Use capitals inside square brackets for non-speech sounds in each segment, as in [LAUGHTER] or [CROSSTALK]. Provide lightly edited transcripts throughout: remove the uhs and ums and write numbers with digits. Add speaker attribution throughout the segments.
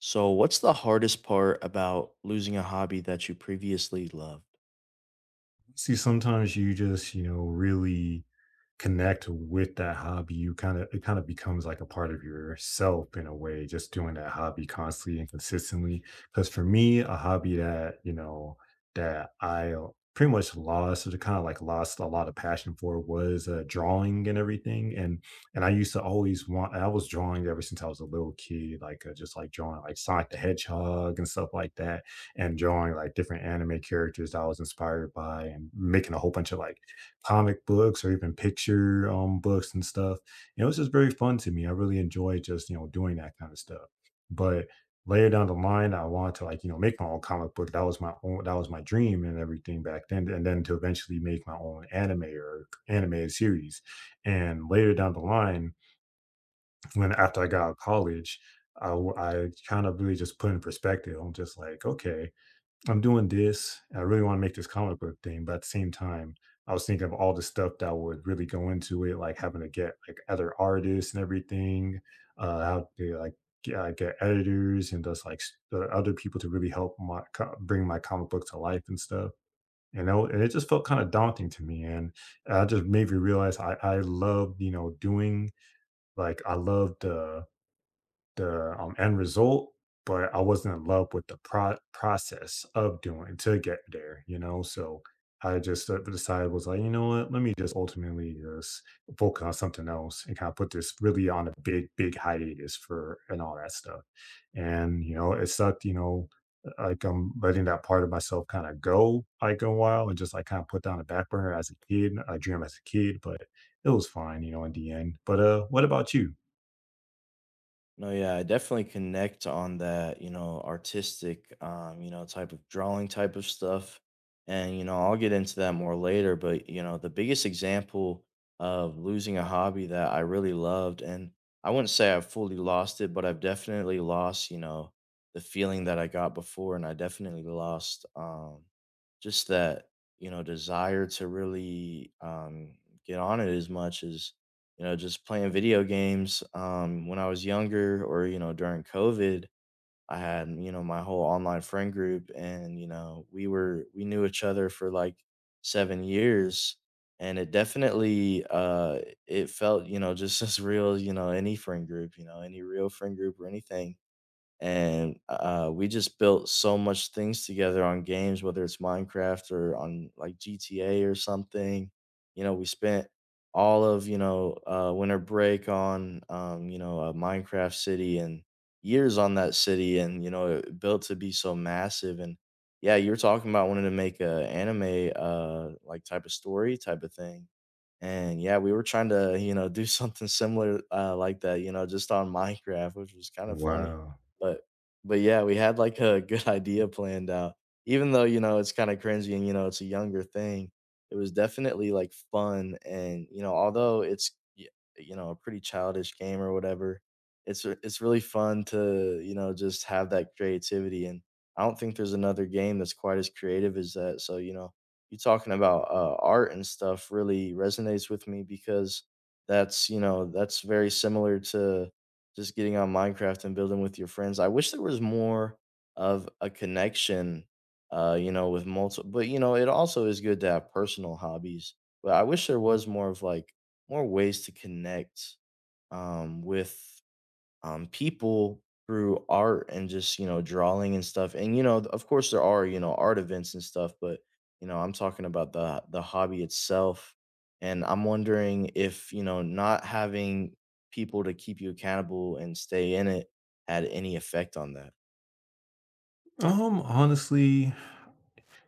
Speaker 1: So, what's the hardest part about losing a hobby that you previously loved?
Speaker 2: See, sometimes you just, you know, really connect with that hobby. You kind of, it kind of becomes like a part of yourself in a way, just doing that hobby constantly and consistently. Because for me, a hobby that, you know, that I pretty much lost or kind of like lost a lot of passion for was drawing and everything. And I used to always want, I was drawing ever since I was a little kid, like just like drawing like Sonic the Hedgehog and stuff like that, and drawing like different anime characters that I was inspired by, and making a whole bunch of like comic books or even picture books and stuff. And it was just very fun to me. I really enjoyed just, you know, doing that kind of stuff. But later down the line, I wanted to, like, you know, make my own comic book. That was my own, that was my dream and everything back then. And then to eventually make my own anime or animated series. And later down the line, when after I got out of college, I kind of really just put in perspective. I'm just like, okay, I'm doing this. I really want to make this comic book thing, but at the same time, I was thinking of all the stuff that would really go into it, like having to get like other artists and everything, how to like get editors and just like the other people to really help my bring my comic book to life and stuff. You know, and it just felt kind of daunting to me, and I just made me realize I love, you know, doing, like, I love the end result, but I wasn't in love with the process of doing to get there, you know. So I just, decided, was like, "You know what? Let me just ultimately just focus on something else and kinda put this really on a big, big hiatus for and all that stuff." And, you know, it sucked, you know, like, I'm letting that part of myself kinda go, like, a while and just, like, kinda put down a back burner as a kid. I dream as a kid, but it was fine, you know, in the end. But, what about you?
Speaker 1: No, yeah, I definitely connect on that, you know, artistic, you know, type of drawing type of stuff. And, you know, I'll get into that more later. But, you know, the biggest example of losing a hobby that I really loved, and I wouldn't say I've fully lost it, but I've definitely lost, you know, the feeling that I got before. And I definitely lost just that, you know, desire to really get on it as much as, you know, just playing video games. When I was younger or, you know, during COVID, I had, you know, my whole online friend group, and, you know, we knew each other for like 7 years. And it definitely, it felt, you know, just [LAUGHS] as real, you know, any friend group, you know, any real friend group or anything. And we just built so much things together on games, whether it's Minecraft or on like GTA or something. You know, we spent all of, you know, winter break on, you know, a Minecraft city, and years on that city, and you know it built to be so massive. And yeah, you were talking about wanting to make a anime, like, type of story type of thing. And yeah, we were trying to, you know, do [LAUGHS] something similar, like that, you know, just on Minecraft, which was kind of funny,
Speaker 2: Wow.
Speaker 1: but but yeah, we had, like, a good [LAUGHS] idea planned out. Even though, you know, it's kinda cringy and, you know, it's a younger thing, it was definitely, like, fun and, you know, although it's, y you know, a pretty childish game or whatever, it's really fun to, you know, just have that creativity, and I don't think there's another game that's quite as creative as that, so, you know, you talking about, art and stuff really resonates with me because that's, you know, that's very similar to just getting on Minecraft and building with your friends. I wish there was more of a connection, you know, with multiple, but you know, it also is good to have personal hobbies. But I wish there was more of like more ways to connect, with people through art and just, you know, drawing and stuff, and you know, of course there are, you know, art events and stuff, but you know, I'm talking about the hobby itself, and I'm wondering if, you know, not having people to keep you accountable and stay in it had any effect on that.
Speaker 2: Honestly,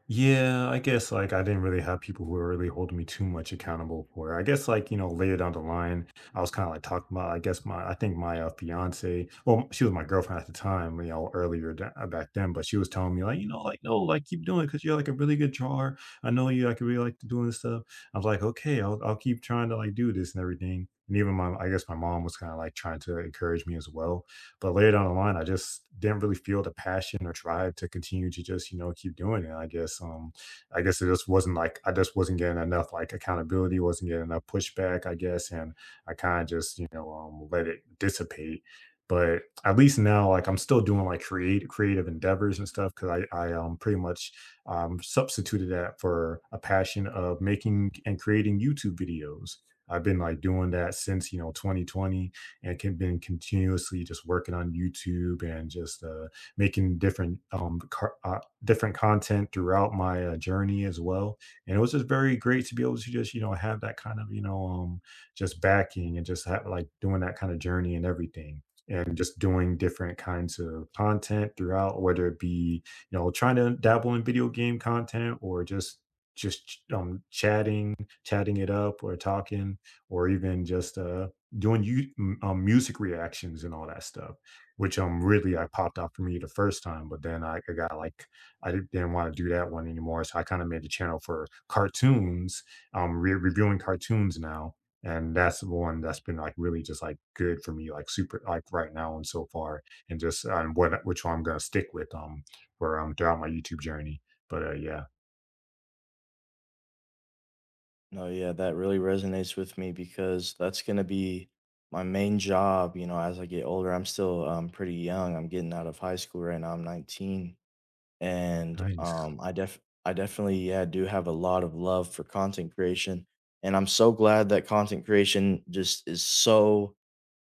Speaker 2: yeah, I guess like I didn't really have people who were really holding me too much accountable for it. I guess like, you know, later down the line, I was kind of like talking about, I guess my, I think my fiance, well, she was my girlfriend at the time, you know, back then, but she was telling me like, you know, like, no, like keep doing it because you're like a really good drawer. I know you, I could really like doing this stuff. I was like, okay, I'll keep trying to like do this and everything. And even my, I guess my mom was kind of like trying to encourage me as well. But later down the line, I just didn't really feel the passion or drive to continue to just, you know, keep doing it. I guess it just wasn't like, I just wasn't getting enough like accountability, wasn't getting enough pushback, I guess. And I kind of just, you know, let it dissipate. But at least now, like I'm still doing like create creative endeavors and stuff, because I pretty much substituted that for a passion of making and creating YouTube videos. I've been like doing that since, you know, 2020, and can been continuously just working on YouTube and just making different different content throughout my journey as well. And it was just very great to be able to just, you know, have that kind of, you know, just backing and just have, like doing that kind of journey and everything. And just doing different kinds of content throughout, whether it be, you know, trying to dabble in video game content or just chatting, it up, or talking, or even just doing you music reactions and all that stuff, which really I popped out for me the first time. But then I got like, didn't want to do that one anymore, so I kind of made a channel for cartoons, reviewing cartoons now, and that's the one that's been like really just like good for me, like super, like, right now and so far, and just what, which one I'm gonna stick with for throughout my YouTube journey. But yeah,
Speaker 1: No, yeah, that really resonates with me because that's going to be my main job, you know, as I get older. I'm still pretty young, I'm getting out of high school right now, I'm 19. And
Speaker 2: nice.
Speaker 1: I definitely yeah do have a lot of love for content creation, and I'm so glad that content creation just is so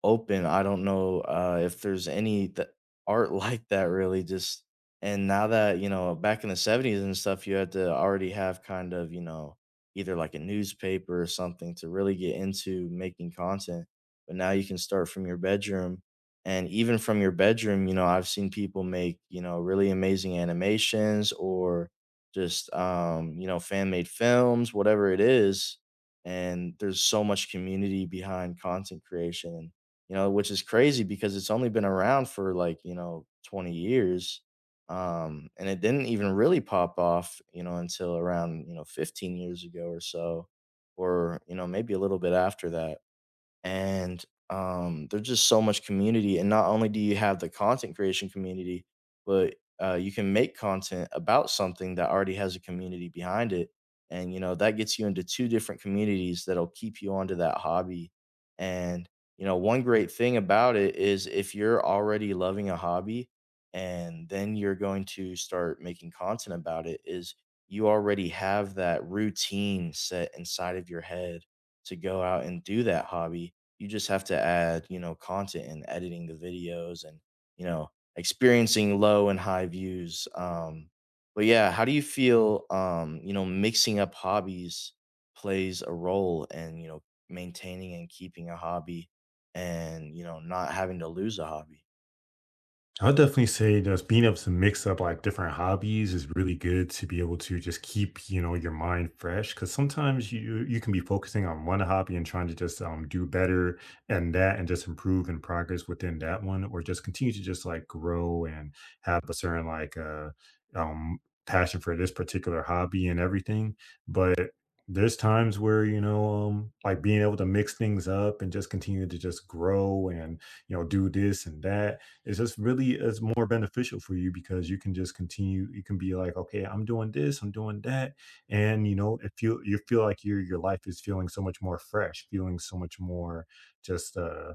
Speaker 1: open. I don't know if there's any art [LAUGHS] like that really. Just and now that, you know, back in the '70s and stuff, you had to already have kind of, you know, either like a newspaper or something to really get into making content. But now you can start from your bedroom, and even from your bedroom, you know, I've seen people make, you know, really amazing animations or just, you know, fan made films, whatever it is. And there's so much community behind content creation, you know, which is crazy because it's only been around for like, you know, 20 years. And it didn't even really pop off, you know, until around, you know, 15 years ago or so, or, you know, maybe a little bit after that. And there's just so much community. And not only do you have the content creation community, but you can make content about something that already has a community behind it, and you know that gets you into two different communities that'll keep you onto that hobby. And you know, one great thing about it is if you're already loving a hobby, and then you're going to start making content about it, is you already have that routine set inside of your head to go out and do that hobby. You just have to add, you know, content and editing the videos, and, you know, experiencing low and high views. But yeah, how do you feel, you know, mixing up hobbies plays a role in, you know, maintaining and keeping a hobby, and, you know, not having to lose a hobby?
Speaker 2: I would definitely say, you know, it's being able to mix up like different hobbies is really good to be able to just keep, you know, your mind fresh. Cause sometimes you can be focusing on one hobby and trying to just do better and that, and just improve and progress within that one, or just continue to just like grow and have a certain like um passion for this particular hobby and everything. But there's times where, you know, like being able to mix things up and just continue to just grow and, you know, do this and that, it's just really, it's more beneficial for you, because you can just continue. You can be like, okay, I'm doing this, I'm doing that. And you know, it feel, you feel like your life is feeling so much more fresh, feeling so much more just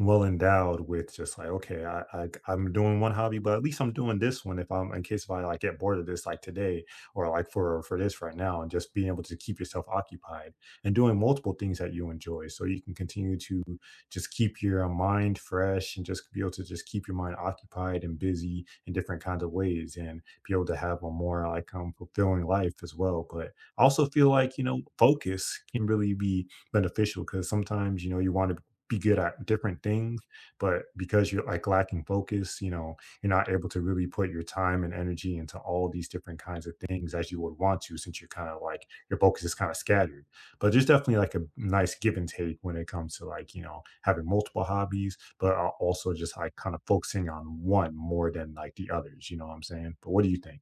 Speaker 2: well endowed with, just like, okay, I'm doing one hobby, but at least I'm doing this one if I'm, in case if I like get bored of this like today or like for this right now. And just being able to keep yourself occupied and doing multiple things that you enjoy, so you can continue to just keep your mind fresh and just be able to just keep your mind occupied and busy in different kinds of ways, and be able to have a more like, fulfilling life as well. But I also feel like, you know, focus can really be beneficial, because sometimes, you know, you want to be good at different things, but because you're like lacking focus, you know, you're not able to really put your time and energy into all these different kinds of things as you would want to, since you're kind of like, your focus is kind of scattered. But there's definitely like a nice give and take when it comes to like, you know, having multiple hobbies, but also just like kind of focusing on one more than like the others. You know what I'm saying? But what do you think?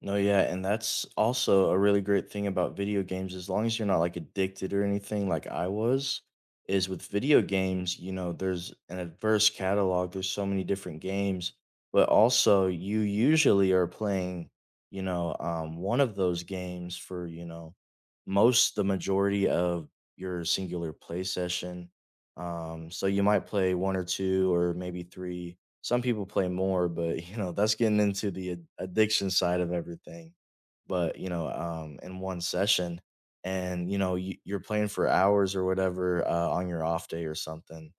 Speaker 1: No, yeah, and that's also a really great thing about video games. As long as you're not like addicted or anything like I was, is with video games, you know, there's an adverse catalog, there's so many different games, but also you usually are playing, you know, one of those games for, you know, most the majority of your singular play session. So you might play one or two or maybe three, some people play more, but, you know, that's getting into the ad addiction side of everything. But, you know, in one session and, you know, you're playing for hours or whatever, on your off day or something,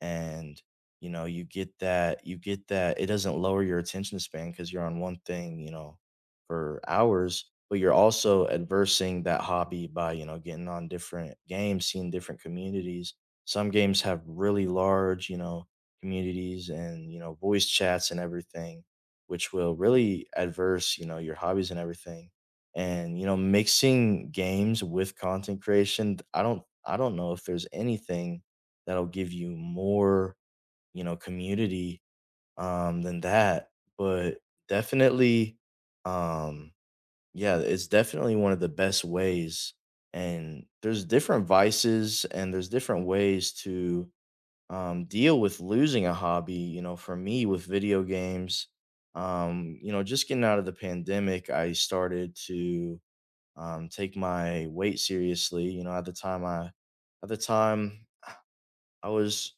Speaker 1: and, you know, you get that it doesn't lower your attention span because 'cause you're on one thing, you know, for hours, but you're also adversing that hobby by, you know, getting on different games, seeing different communities. Some games have really large, you know, communities and you know voice chats and everything, which will really adverse, you know, your hobbies and everything. And you know, mixing games with content creation, I don't know if there's anything that'll give you more, you know, community than that. But definitely, um yeah, it's definitely one of the best ways. And there's different vices and there's different ways to deal with losing a hobby. You know, for me with video games, you know, just getting out of the pandemic, I started to take my weight seriously. You know, at the time, I at the time I was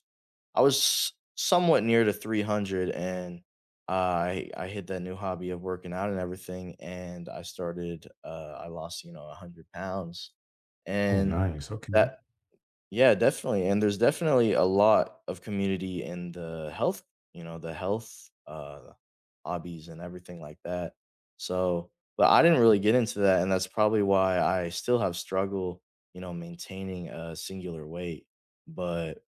Speaker 1: I was somewhat near to 300, and I hit that new hobby of working out and everything, and I started. I lost, you know, 100 pounds,
Speaker 2: Oh,
Speaker 1: and
Speaker 2: nice. Okay.
Speaker 1: that yeah, definitely. And there's definitely a lot of community in the health, you know, the health hobbies and everything like that. So, but I didn't really get into that, and that's probably why I still have struggle, you know, maintaining a singular weight. But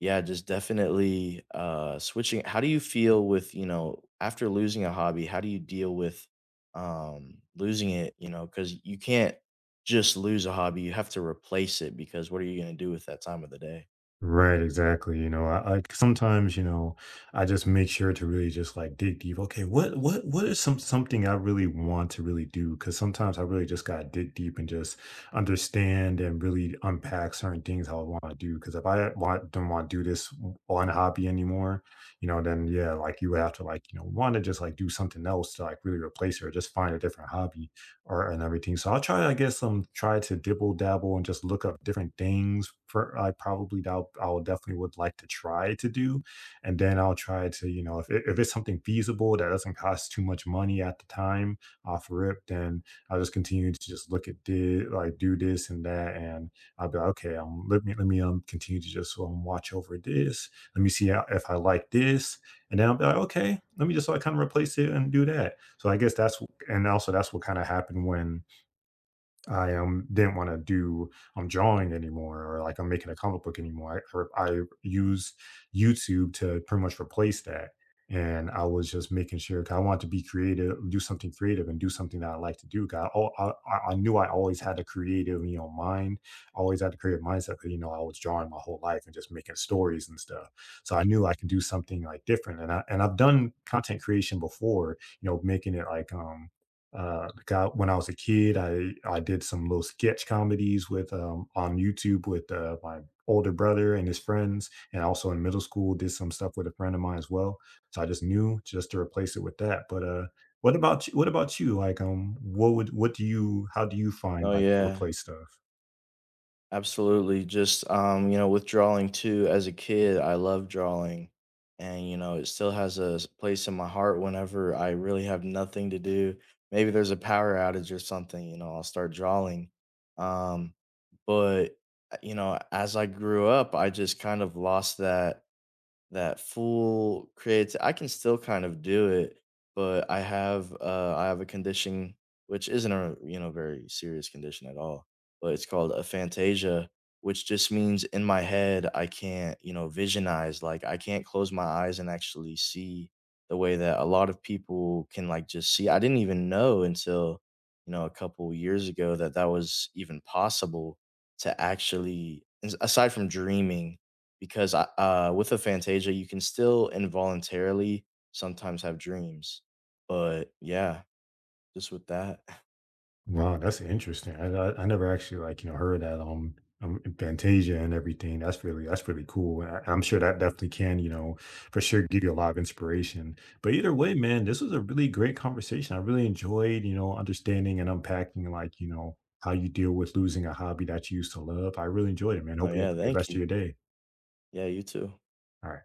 Speaker 1: yeah, just definitely switching. How do you feel with, you know, after losing a hobby, how do you deal with losing it, you know, cuz you can't just lose a hobby, you have to replace it because what are you going to do with that time of the day?
Speaker 2: Right, exactly. You know, I sometimes, you know, I just make sure to really just like dig deep. Okay, what is some, something I really want to really do? Because sometimes I really just gotta dig deep and just understand and really unpack certain things how I want to do. Because if I want don't want to do this one hobby anymore, you know, then yeah, like you have to like, you know, want to just like do something else to like really replace it, or just find a different hobby, art and everything. So I'll try, I guess, try to dibble dabble and just look up different things for, I probably that I'll definitely would like to try to do, and then I'll try to, you know, if it, if it's something feasible that doesn't cost too much money at the time off rip, then I'll just continue to just look at did like, do this and that. And I'll be like, okay, let me continue to just watch over this. Let me see how, if I like this, and then I'll be like, okay, let me just like kind of replace it and do that. So I guess that's, and also that's what kind of happened when I didn't want to do drawing anymore, or like I'm making a comic book anymore. I, or I use YouTube to pretty much replace that. And I was just making sure 'cause I wanted to be creative, do something creative, and do something that I like to do. 'Cause I knew I always had a creative, you know, mind. Always had a creative mindset. 'Cause, you know, I was drawing my whole life and just making stories and stuff. So I knew I could do something like different. And I've done content creation before, you know, making it like I, when I was a kid, I did some little sketch comedies with on YouTube with my older brother and his friends, and also in middle school did some stuff with a friend of mine as well. So I just knew just to replace it with that. But what about you? What about you? Like what would, what do you? How do you find
Speaker 1: Oh
Speaker 2: like to
Speaker 1: yeah.
Speaker 2: replace stuff?
Speaker 1: Absolutely. Just you know, with drawing too, as a kid, I love drawing. And you know, it still has a place in my heart whenever I really have nothing to do. Maybe there's a power outage or something, you know, I'll start drawing. Um, but you know, as I grew up, I just kind of lost that full creati I can still kind of do it, but I have a condition which isn't a, you know, very serious condition at all, but it's called aphantasia, which just means in my head, I can't, you know, visionize, like, I can't close my eyes and actually see the way that a lot of people can, like, just see. I didn't even know until, you know, a couple years ago that that was even possible to actually, as aside from dreaming, because I, with a Fantasia, you can still involuntarily sometimes have dreams. But, yeah, just with that. [LAUGHS]
Speaker 2: Wow, that's interesting. I never actually, like, you know, heard that Fantasia and everything. That's really, that's really cool. And I'm sure that definitely can, you know, for sure give you a lot of inspiration. But either way, man, this was a really great conversation. I really enjoyed, you know, understanding and unpacking, like, you know, how you deal with losing a hobby that you used to love. I really enjoyed it, man.
Speaker 1: No,
Speaker 2: Hope you have
Speaker 1: yeah,
Speaker 2: a good
Speaker 1: thank
Speaker 2: rest of
Speaker 1: you.
Speaker 2: your day.
Speaker 1: Yeah, you too.
Speaker 2: All right.